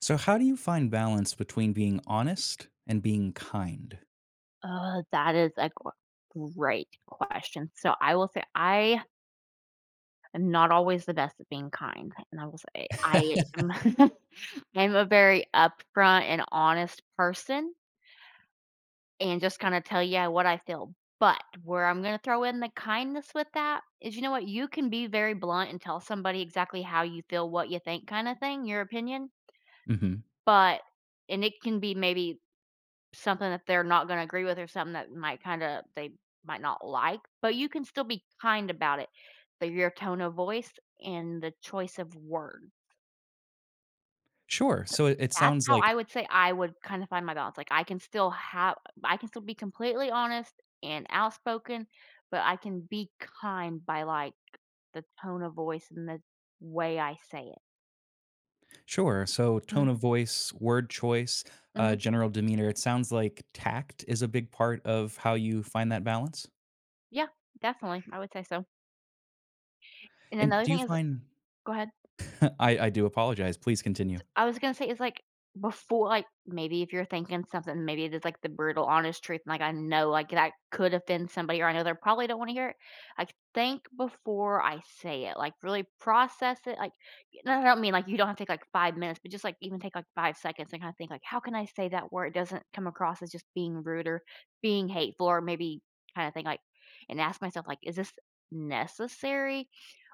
So, how do you find balance between being honest and being kind? That is a gr great question. So I will say I am not always the best at being kind, and I will say I am I'm a very upfront and honest person and just kinda tell you what I feel. But where I'm gonna throw in the kindness with that is, you know what, you can be very blunt and tell somebody exactly how you feel, what you think kinda thing, your opinion, Hmm. but and it can be maybe something that they're not gonna agree with or something that might kinda they might not like, but you can still be kind about it, through your tone of voice and the choice of words. Sure. So So it that's sounds how like I would say I would kinda find my balance. Like, I can still be completely honest and outspoken, but I can be kind by, like, the tone of voice and the way I say it. sure. So tone Mhm, of voice, word choice, mhm. general demeanor. It sounds like tact is a big part of how you find that balance. Yeah, definitely, I would say so. And And another do you thing is find? go ahead. I do apologize. Please continue. I was gonna say it's like before, like, maybe if you're thinking something, maybe it is like the brutal honest truth. And like I know like that could offend somebody or I know they probably don't want to hear it. Like think before I say it. Like really process it. Like and I don't mean like you don't have to take like 5 minutes, but just like even take like 5 seconds and kind of think like how can I say that where it doesn't come across as just being rude or being hateful or maybe kind of thing like and ask myself like is this necessary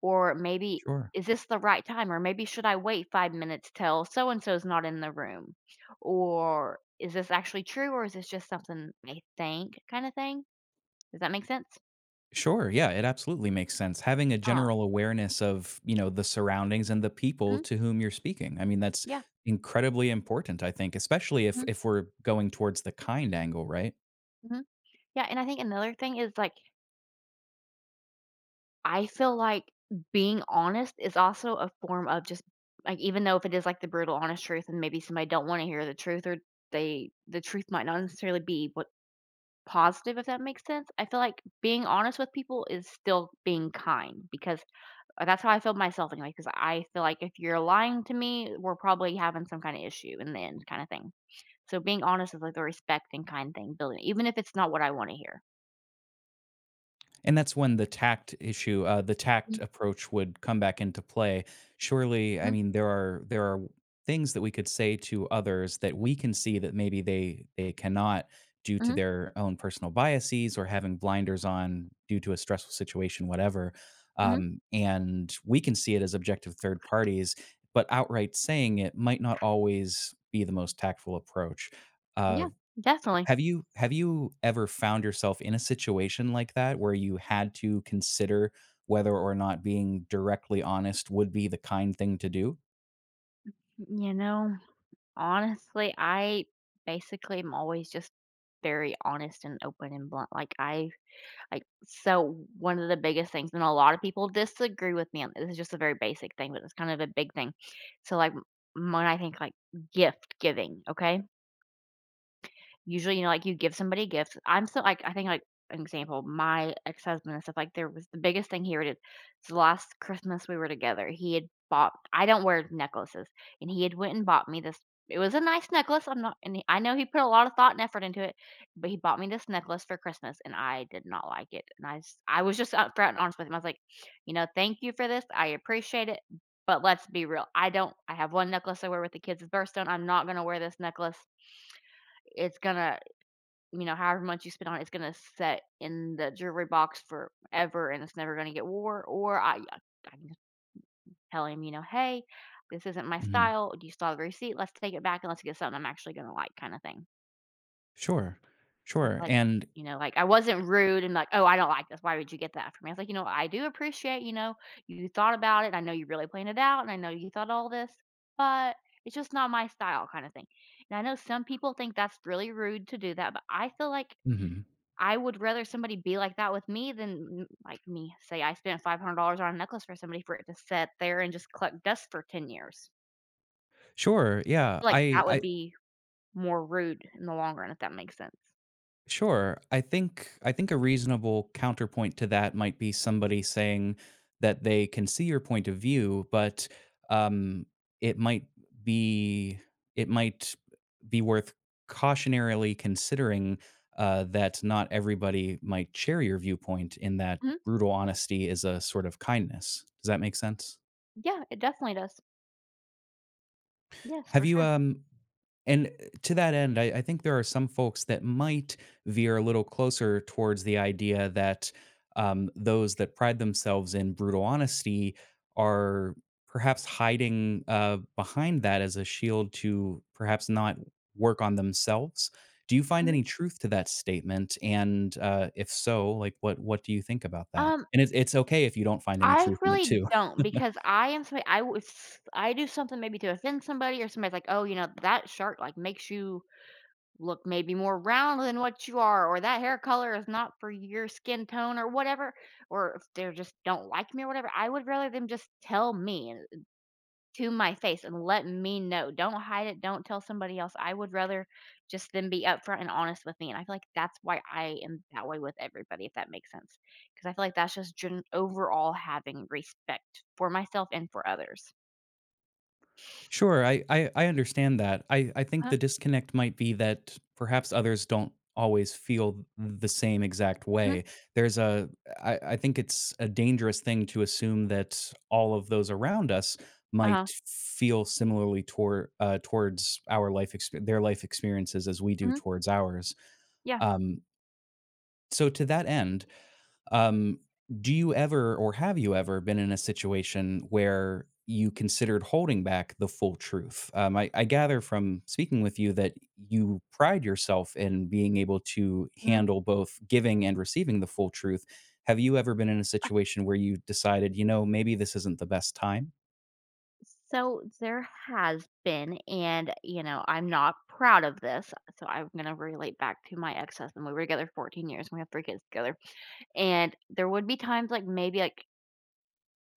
or maybe, Sure. "Is this the right time?" Or maybe, "Should I wait 5 minutes till so and so is not in the room?" Or, "Is this actually true or is this just something I think," kinda thing? Does that make sense? Sure, yeah, it absolutely makes sense. Having a Uh, general awareness of, you know, the surroundings and the people mhm, to whom you're speaking. I mean, that's yeah, incredibly important, I think, especially if mhm, if we're going towards the kind angle, right? mhm. Yeah, and I think another thing is, like, I feel like being honest is also a form of just like, even though if it is, like, the brutal honest truth and maybe somebody don't wanna hear the truth or the truth might not necessarily be what positive, if that makes sense. I feel like being honest with people is still being kind because that's how I feel myself anyway. Because I feel like if you're lying to me, we're probably having some kind of issue in the end, kind of thing. So being honest is like the respect and kind thing, building, even if it's not what I want to hear. And that's when the tact issue, the tact approach would come back into play. Surely, I Hmm. mean, there are things that we could say to others that we can see that maybe they cannot due to Hmm. their own personal biases or having blinders on due to a stressful situation, whatever. Hmm. And we can see it as objective third parties, but outright saying it might not always be the most tactful approach. Uh, Yeah, definitely. have you ever found yourself in a situation like that where you had to consider whether or not being directly honest would be the kind thing to do? You know, honestly, I basically am always just very honest and open and blunt. Like, so one of the biggest things, and a lot of people disagree with me on this, is just a very basic thing, but it's kind of a big thing. So, like, when I think like gift giving, okay? Usually, you know, like, you give somebody gifts. I'm so like, I think, like, an example, my ex-husband and stuff, like, there was the biggest thing here it is it's the last Christmas we were together, he had bought I don't wear necklaces, and he had went and bought me this it was a nice necklace, I'm not and he, I know he put a lot of thought and effort into it, but he bought me this necklace for Christmas, and I did not like it, and I s I was just upfront and honest with him. I was like, "You know, thank you for this, I appreciate it, but let's be real, I don't I have 1 necklace I wear with the kids' birthstone, I'm not gonna wear this necklace, it's gonna you know, however much you spend on it, it's gonna set in the jewelry box forever and it's never gonna get wore. Or I I can just tell him, you know, hey, this isn't my Mhm. style. Do you still have the receipt? Let's take it back and let's get something I'm actually gonna like, kind of thing." Sure. I feel Sure, like, and you know, like I wasn't rude and like, oh, I don't like this. Why would you get that for me? I was like, you know, I do appreciate, you know, you thought about it. I know you really planned it out and I know you thought all this, but it's just not my style, kind of thing. And I know some people think that's really rude to do that, but I feel like Mhm. I would rather somebody be like that with me than like me. Say I spent $500 on a necklace for somebody for it to sit there and just collect dust for 10 years. Sure, yeah. Like, I that would I be more rude in the long run, if that makes sense. Sure. I think a reasonable counterpoint to that might be somebody saying that they can see your point of view, but um, it might be it might be worth cautionarily considering that not everybody might share your viewpoint. In that Mhm. brutal honesty is a sort of kindness. Does that make sense? Yeah, it definitely does. Yes, Have for you, sure. And to that end, I think there are some folks that might veer a little closer towards the idea that those that pride themselves in brutal honesty are perhaps hiding behind that as a shield to perhaps not work on themselves. Do you find Mhm. any truth to that statement? And if so, like what do you think about that? Um, And it's okay if you don't find any I truth in it really too. don't because I am somebody I do something maybe to offend somebody or somebody's like, "Oh, you know, that shirt, like, makes you look maybe more round than what you are or that hair color is not for your skin tone or whatever or if they just don't like me or whatever, I would rather them just tell me to my face and let me know, don't hide it, don't tell somebody else. I would rather just them be upfront and honest with me, and I feel like that's why I am that way with everybody, if that makes sense. Because I feel like that's just overall having respect for myself and for others. Sure, I understand that. I think the Uh-huh, disconnect might be that perhaps others don't always feel the same exact mhm, way. There's a I think it's a dangerous thing to assume that all of those around us uh-huh, might feel similarly toward towards our their life experiences as we do mhm, towards ours. yeah, Um, so to that end, um, do you ever or have you ever been in a situation where you considered holding back the full truth? I gather from speaking with you that you pride yourself in being able to mhm. handle both giving and receiving the full truth. Have you ever been in a situation where you decided, you know, maybe this isn't the best time? So there has been, and you know, I'm not proud of this. So I'm gonna relate back to my ex husband. We were together 14 years. And we have 3 kids together, and there would be times like maybe like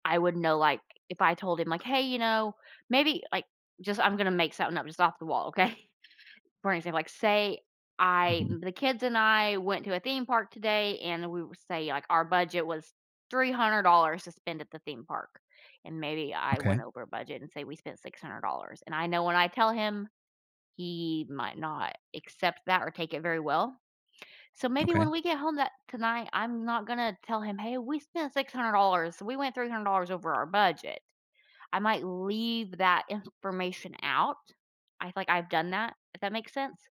I would know like if I told him like, hey, you know, maybe like just I'm gonna make something up just off the wall, okay? For example, like say I Mhm. the kids and I went to a theme park today and we would say like our budget was $300 to spend at the theme park. And maybe I went Okay. over budget and say we spent $600. And I know when I tell him, he might not accept that or take it very well. So maybe Okay. when we get home that tonight, I'm not going to tell him, "Hey, we spent $600. So we went $300 over our budget." I might leave that information out. I feel like I've done that, if that makes sense.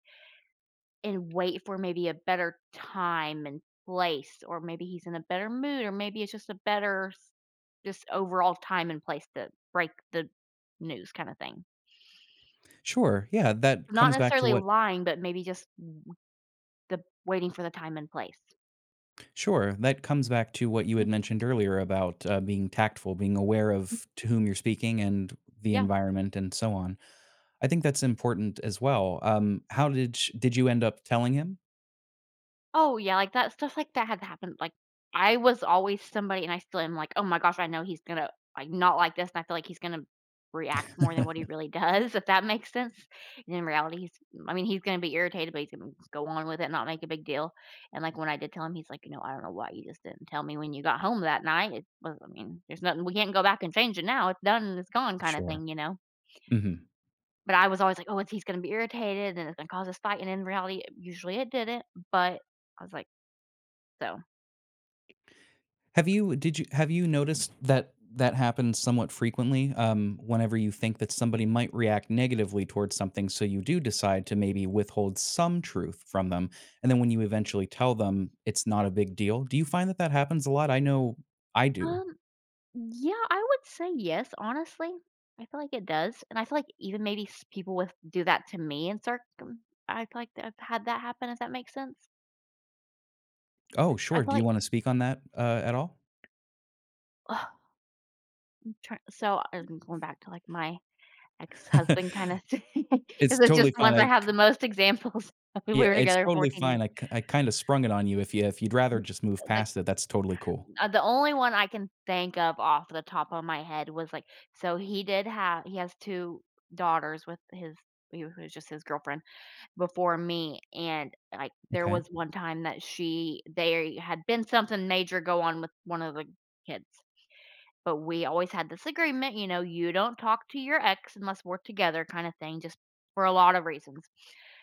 And wait for maybe a better time and place, or maybe he's in a better mood, or maybe it's just a better s just overall time and place to break the news kinda thing. Sure, yeah. That Not comes back to necessarily what lying, but maybe just the waiting for the time and place. Sure. That comes back to what you had Mm, mentioned earlier about being tactful, being aware of to whom you're speaking and the yeah. environment and so on. I think that's important as well. How did you end up telling him? Oh, yeah, like, that stuff like that had happened. Like, I was always somebody and I still am like, "Oh my gosh, I know he's gonna, like, not like this," and I feel like he's gonna react more than what he really does, if that makes sense, and in reality, he's I mean, he's gonna be irritated, but he's gonna go on with it, not make a big deal, and, like, when I did tell him, he's like, "You know, I don't know why you just didn't tell me when you got home that night, it was I mean, there's nothing we can't go back and change it now, it's done and it's gone kinda Sure. thing, you know?" Hmm. But I was always like, "Oh, it's he's gonna be irritated and it's gonna cause us fight," and in reality, usually it didn't, but I was like so. Have you noticed that that happens somewhat frequently? Whenever you think that somebody might react negatively towards something, so you do decide to maybe withhold some truth from them, and then when you eventually tell them, it's not a big deal. Do you find that that happens a lot? I know I do. Um, yeah, I would say yes, honestly. I feel like it does. And I feel like even maybe people with do that to me in circum I feel like I've had that happen, if that makes sense. Oh, I sure. feel Do you like want to speak on that at all? ugh, I'm trying, so I'm going back to like my ex-husband kind of thing. 'Cause It's it's totally just fine. ones I have the most examples. Of. We Yeah, were it's together totally 14 years. fine. I kind of sprung it on you. If you'd rather Yeah, just move like past it, that's totally cool. The only one I can think of off the top of my head was like so he did have he has two daughters with his he was just his girlfriend before me, and, like, there Okay. was one time that she there had been something major go on with one of the kids, but we always had this agreement, you know, "You don't talk to your ex unless we're together," kinda thing, just for a lot of reasons,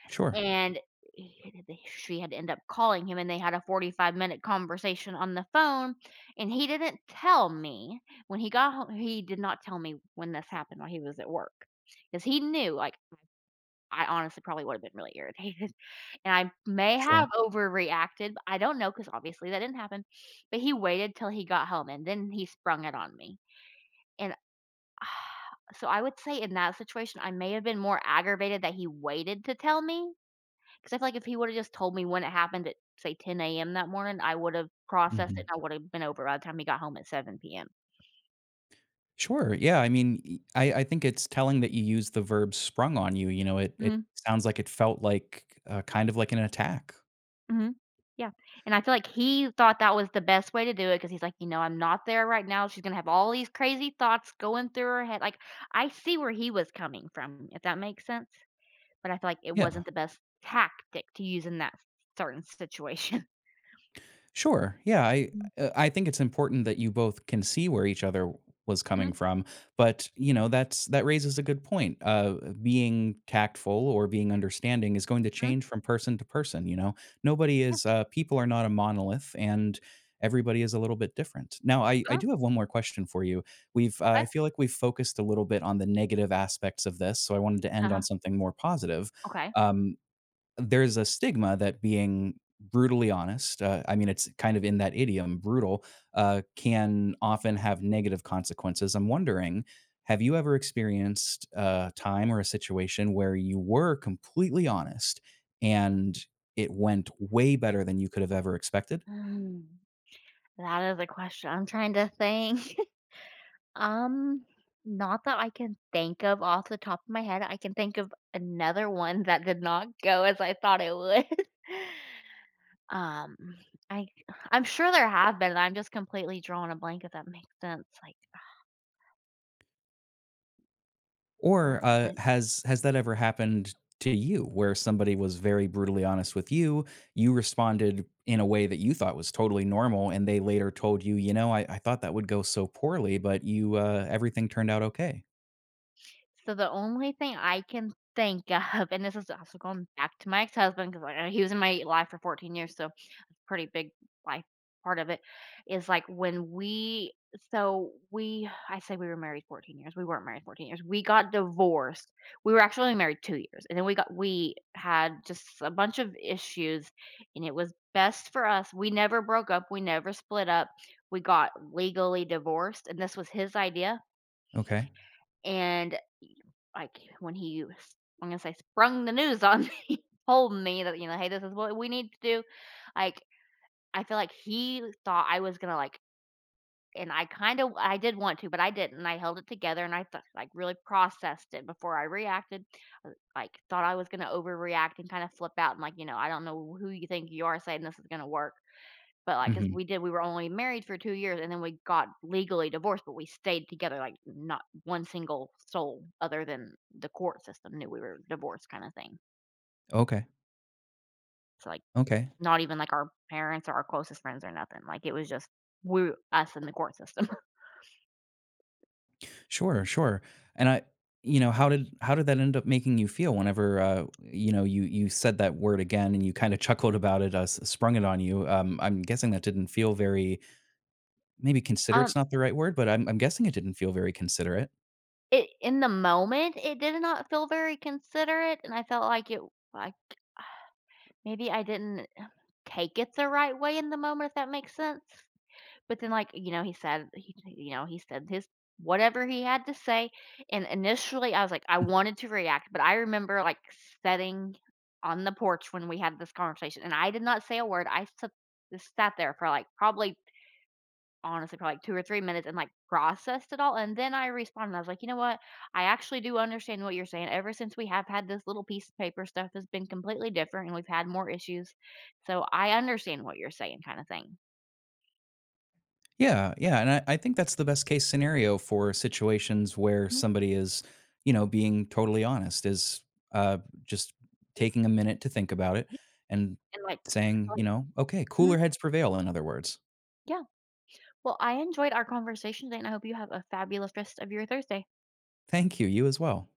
Sure. and she had to end up calling him, and they had a 45-minute conversation on the phone, and he didn't tell me when he got home. He did not tell me when this happened while he was at work, because he knew, like, I honestly probably would've been really irritated. And I may Sure. have overreacted, but I don't know because obviously that didn't happen, but he waited till he got home and then he sprung it on me. And so I would say in that situation, I may have been more aggravated that he waited to tell me. Because I feel like if he would've just told me when it happened at, say, 10 a.m. that morning, I would've processed it Mhm. and I would've been over by the time he got home at 7 PM. Sure, yeah. I mean, I think it's telling that you use the verb sprung on you. You know, it sounds like it felt like kind of like an attack. Mhm. Yeah, and I feel like he thought that was the best way to do it because he's like, "You know, I'm not there right now. She's gonna have all these crazy thoughts going through her head." Like, I see where he was coming from, if that makes sense, but I feel like it Yeah. wasn't the best tactic to use in that certain situation. Sure, Yeah, I Mm. uh, I think it's important that you both can see where each other was coming Mhm, from, but you know, that's that raises a good point. Being tactful or being understanding is going to mhm, change from person to person, you know. Nobody yeah, is people are not a monolith and everybody is a little bit different. Now, I uh-huh, do have one more question for you. We've okay, I feel like we've focused a little bit on the negative aspects of this, so I wanted to end on uh-huh, something more positive. okay. Um there's a stigma that being brutally honest, I mean, it's kind of in that idiom, brutal, can often have negative consequences. I'm wondering, have you ever experienced a time or a situation where you were completely honest and it went way better than you could have ever expected? Mm, that is a question. I'm trying to think. Um, Not that I can think of off the top of my head. I can think of another one that did not go as I thought it would. Um, I I'm sure there have been, I'm just completely drawing a blank if that makes sense, like, or Or, when has that ever happened to you where somebody was very brutally honest with you, you responded in a way that you thought was totally normal, and they later told you, "You know, I thought that would go so poorly, but you, everything turned out okay." so the only thing I can think of, and this is also going back to my ex-husband because, like, he was in my life for 14 years, so it's a pretty big life part of it, is like when we so we I say we were married 14 years. We weren't married 14 years. We got divorced. We were actually only married 2 years. And then we had just a bunch of issues, and it was best for us. We never broke up. We never split up. We got legally divorced. And this was his idea. Okay. And, like, when he s I'm gonna say sprung the news on me, told me that, you know, "Hey, this is what we need to do." Like, I feel like he thought I was gonna, like, and I kinda, I did want to, but I didn't. I held it together and I thought, like, really processed it before I reacted. Like, thought I was gonna overreact and kinda flip out and, like, you know, "I don't know who you think you are saying this is gonna work." But, like, cause Mhm. we were only married for 2 years, and then we got legally divorced, but we stayed together, like, not one single soul other than the court system knew we were divorced kinda thing. Okay. So, like, Okay. not even, like, our parents or our closest friends or nothing, like, it was just we us and the court system. Sure, sure. And I you know, how did that end up making you feel whenever, you know, you said that word again and you kinda chuckled about it, s sprung it on you? I'm guessing that didn't feel very Maybe "considerate's" Um, not the right word, but I'm guessing it didn't feel very considerate. it In the moment, it did not feel very considerate, and I felt like it, like, maybe I didn't take it the right way in the moment, if that makes sense? But then, like, you know, he said he you know, he said his whatever he had to say, and initially, I was like, I wanted to react, but I remember, like, sitting on the porch when we had this conversation, and I did not say a word. I sat just sat there for, like, probably honestly, for like, 2 or 3 minutes and, like, processed it all, and then I responded. I was like, "You know what? I actually do understand what you're saying. Ever since we have had this little piece of paper, stuff has been completely different, and we've had more issues. So I understand what you're saying," kinda thing. Yeah, yeah, and I think that's the best case scenario for situations where Mm. somebody is, you know, being totally honest, is, uh, just taking a minute to think about it and And, like, saying, you like know, "Okay, Mhm. cooler heads prevail," in other words. Yeah. Well, I enjoyed our conversation today, and I hope you have a fabulous rest of your Thursday. Thank you, you as well.